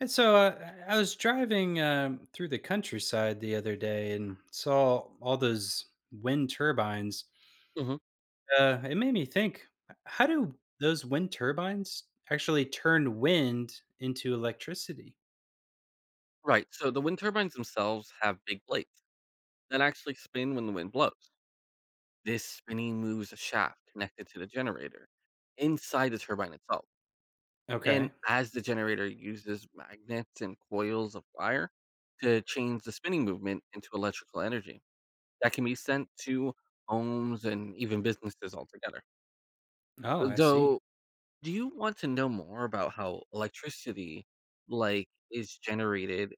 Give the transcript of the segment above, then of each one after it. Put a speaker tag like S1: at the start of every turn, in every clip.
S1: And so I was driving through the countryside the other day and saw all those wind turbines.
S2: Mhm.
S1: It made me think, how do those wind turbines actually turn wind into electricity?
S2: Right, so the wind turbines themselves have big blades that actually spin when the wind blows. This spinning moves a shaft connected to the generator inside the turbine itself. And
S1: Okay.
S2: as the generator uses magnets and coils of wire to change the spinning movement into electrical energy that can be sent to homes and even businesses altogether.
S1: Oh, I see.
S2: Though Do you want to know more about how electricity, like, is generated,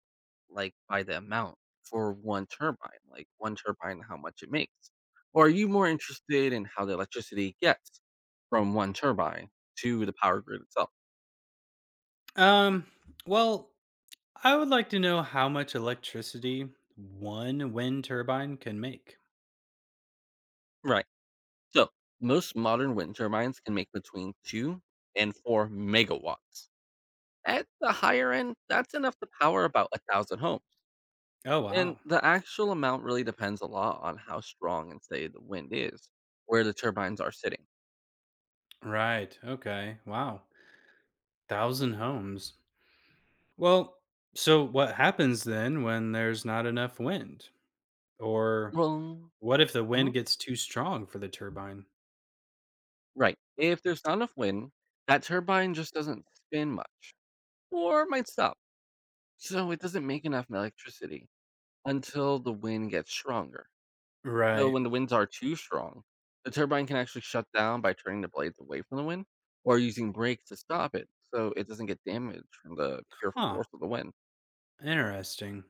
S2: like, by the amount for one turbine, like one turbine, how much it makes? Or are you more interested in how the electricity gets from one turbine to the power grid itself?
S1: Um, well, I would like to know how much electricity one wind turbine can make.
S2: Right. So most modern wind turbines can make between 2 and 4 megawatts. At the higher end, that's enough to power about a 1,000 homes.
S1: Oh, wow.
S2: And the actual amount really depends a lot on how strong and steady the wind is, where the turbines are sitting.
S1: Right. Okay. Wow. Thousand homes. Well, so what happens then when there's not enough wind? Or
S2: Well,
S1: what if the wind
S2: mhm,
S1: gets too strong for the turbine?
S2: right. If there's not enough wind, that turbine just doesn't spin much or might stop. So it doesn't make enough electricity until the wind gets stronger. So
S1: Right.
S2: when the winds are too strong, the turbine can actually shut down by turning the blades away from the wind or using brakes to stop it so it doesn't get damaged from the pure
S1: Huh.
S2: force of the wind.
S1: Interesting.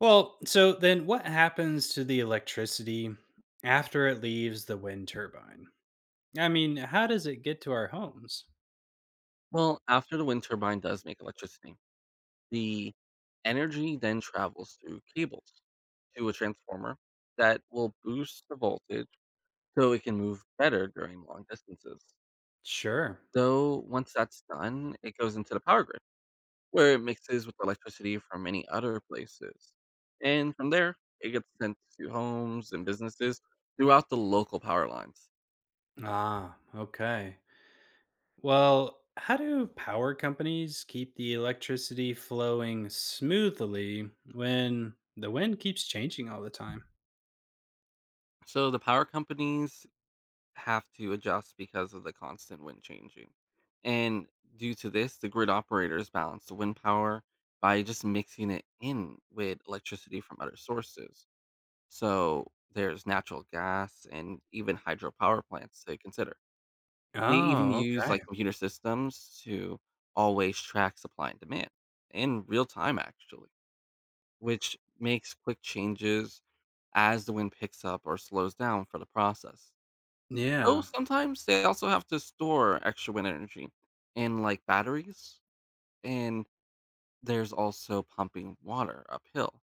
S1: Well, so then what happens to the electricity after it leaves the wind turbine? I mean, how does it get to our homes?
S2: Well, after the wind turbine does make electricity, the energy then travels through cables to a transformer that will boost the voltage so it can move better during long distances.
S1: Sure.
S2: So once that's done, it goes into the power grid where it mixes with electricity from many other places. And from there, it gets sent to homes and businesses throughout the local power lines.
S1: Ah, okay. Well, how do power companies keep the electricity flowing smoothly when the wind keeps changing all the time?
S2: So the power companies have to adjust because of the constant wind changing. And due to this, the grid operators balance the wind power by just mixing it in with electricity from other sources. So there's natural gas and even hydropower plants to consider. They even
S1: Oh,
S2: use
S1: okay.
S2: like computer systems to always track supply and demand in real time, actually, which makes quick changes as the wind picks up or slows down for the process. Oh,
S1: Yeah.
S2: sometimes they also have to store extra wind energy in like batteries, and there's also pumping water uphill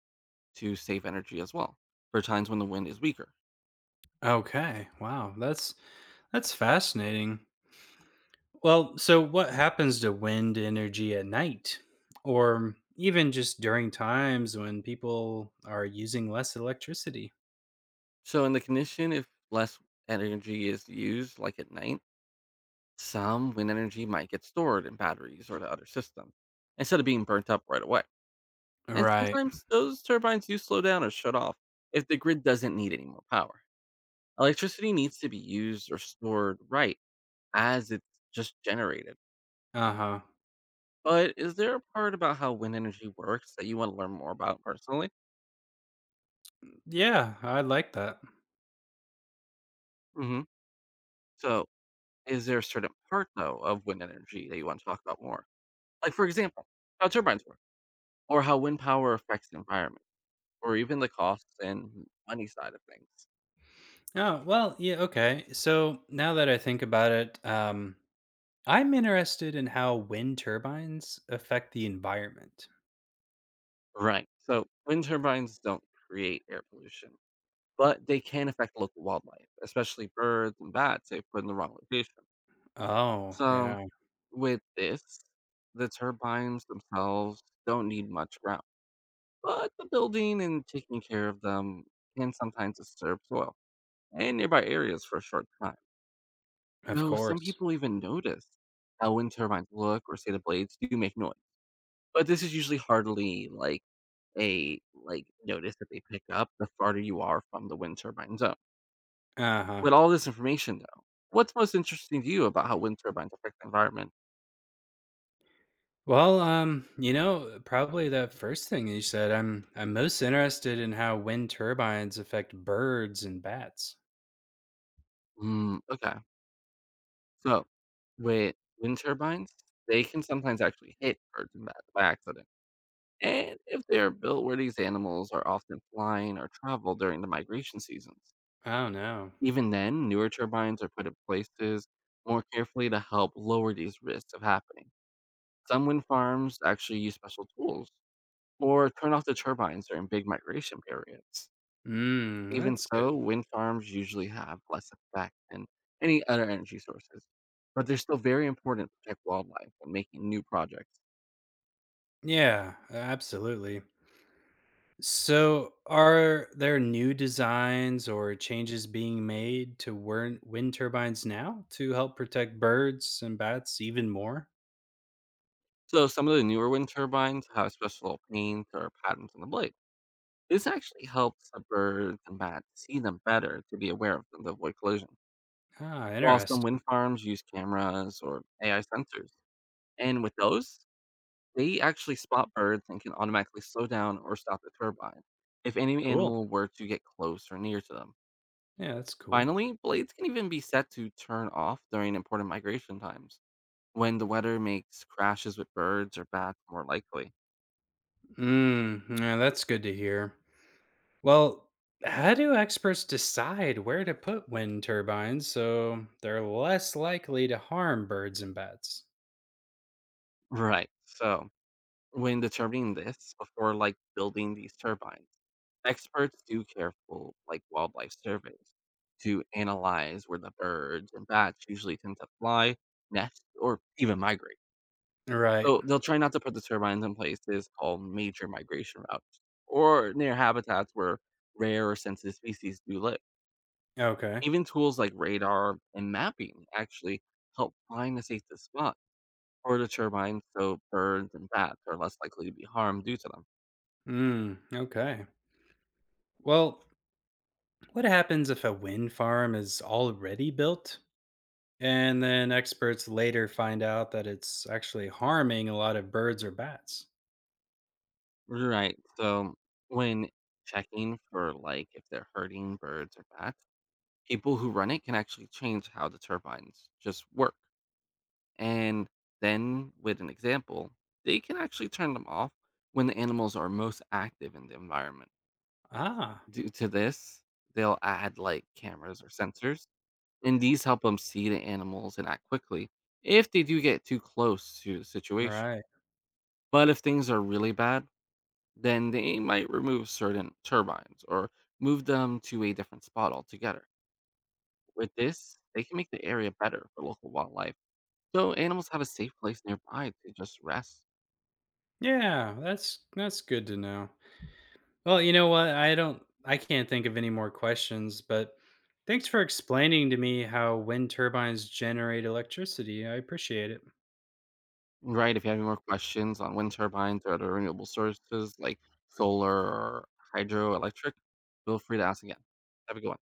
S2: to save energy as well for times when the wind is weaker.
S1: Okay. Wow. That's fascinating. Well, so what happens to wind energy at night or even just during times when people are using less electricity?
S2: So in the condition, if less energy is used, like at night, some wind energy might get stored in batteries or the other system instead of being burnt up right away. And
S1: Right.
S2: sometimes those turbines do slow down or shut off if the grid doesn't need any more power. Electricity needs to be used or stored right as it's just generated.
S1: Uh-huh.
S2: But is there a part about how wind energy works that you want to learn more about personally?
S1: Yeah, I like that.
S2: Hmm. So, is there a certain part though of wind energy that you want to talk about more? Like, for example, how turbines work, or how wind power affects the environment, or even the costs and money side of things.
S1: Oh, well, yeah, okay. So now that I think about it, I'm interested in how wind turbines affect the environment.
S2: Right. So, wind turbines don't create air pollution, but they can affect local wildlife, especially birds and bats if put in the wrong location.
S1: Oh,
S2: So,
S1: yeah,
S2: with this, the turbines themselves don't need much ground, but the building and taking care of them can sometimes disturb soil and nearby areas for a short time.
S1: of
S2: So some
S1: course.
S2: people even notice how wind turbines look or say the blades do make noise. But this is usually hardly like a like notice that they pick up the farther you are from the wind turbine zone.
S1: Uh-huh.
S2: With all this information though, what's most interesting to you about how wind turbines affect the environment?
S1: Well, probably the first thing you said, I'm most interested in how wind turbines affect birds and bats.
S2: Hmm, okay. So, with wind turbines, they can sometimes actually hit birds and bats by accident. And if they are built where these animals are often flying or travel during the migration seasons,
S1: Oh no.
S2: even then, newer turbines are put in places more carefully to help lower these risks of happening. Some wind farms actually use special tools or turn off the turbines during big migration periods.
S1: Mm,
S2: Even
S1: that's
S2: so,
S1: good.
S2: wind farms usually have less effect than any other energy sources, but they're still very important to protect wildlife when making new projects.
S1: Yeah, absolutely. So, are there new designs or changes being made to wind turbines now to help protect birds and bats even more?
S2: So, some of the newer wind turbines have special paint or patterns on the blade. This actually helps the birds and bats see them better to be aware of them to avoid collision.
S1: Ah,
S2: While some
S1: interesting.
S2: wind farms use cameras or AI sensors, and with those, they actually spot birds and can automatically slow down or stop the turbine if any
S1: Cool.
S2: animal were to get close or near to them.
S1: Yeah, that's cool.
S2: Finally, blades can even be set to turn off during important migration times when the weather makes crashes with birds or bats more likely.
S1: Mm, yeah, that's good to hear. Well, how do experts decide where to put wind turbines so they're less likely to harm birds and bats?
S2: Right. So, when determining this before like building these turbines, experts do careful like wildlife surveys to analyze where the birds and bats usually tend to fly, nest, or even migrate.
S1: Right.
S2: So they'll try not to put the turbines in places called major migration routes or near habitats where rare or sensitive species do live.
S1: Okay.
S2: Even tools like radar and mapping actually help find the safest spot for the turbines so birds and bats are less likely to be harmed due to them.
S1: Mm, okay. Well, what happens if a wind farm is already built, and then experts later find out that it's actually harming a lot of birds or bats.
S2: Right. So when checking for like if they're hurting birds or bats, people who run it can actually change how the turbines just work. And then with an example, they can actually turn them off when the animals are most active in the environment.
S1: Ah,
S2: Due to this, they'll add like cameras or sensors and these help them see the animals and act quickly if they do get too close to the situation.
S1: right.
S2: But if things are really bad, then they might remove certain turbines or move them to a different spot altogether. With this, they can make the area better for local wildlife. So animals have a safe place nearby to just rest.
S1: Yeah, that's good to know. Well, you know what? I can't think of any more questions, but thanks for explaining to me how wind turbines generate electricity. I appreciate it.
S2: Right, if you have any more questions on wind turbines or other renewable sources like solar or hydroelectric, feel free to ask again. Have a good one.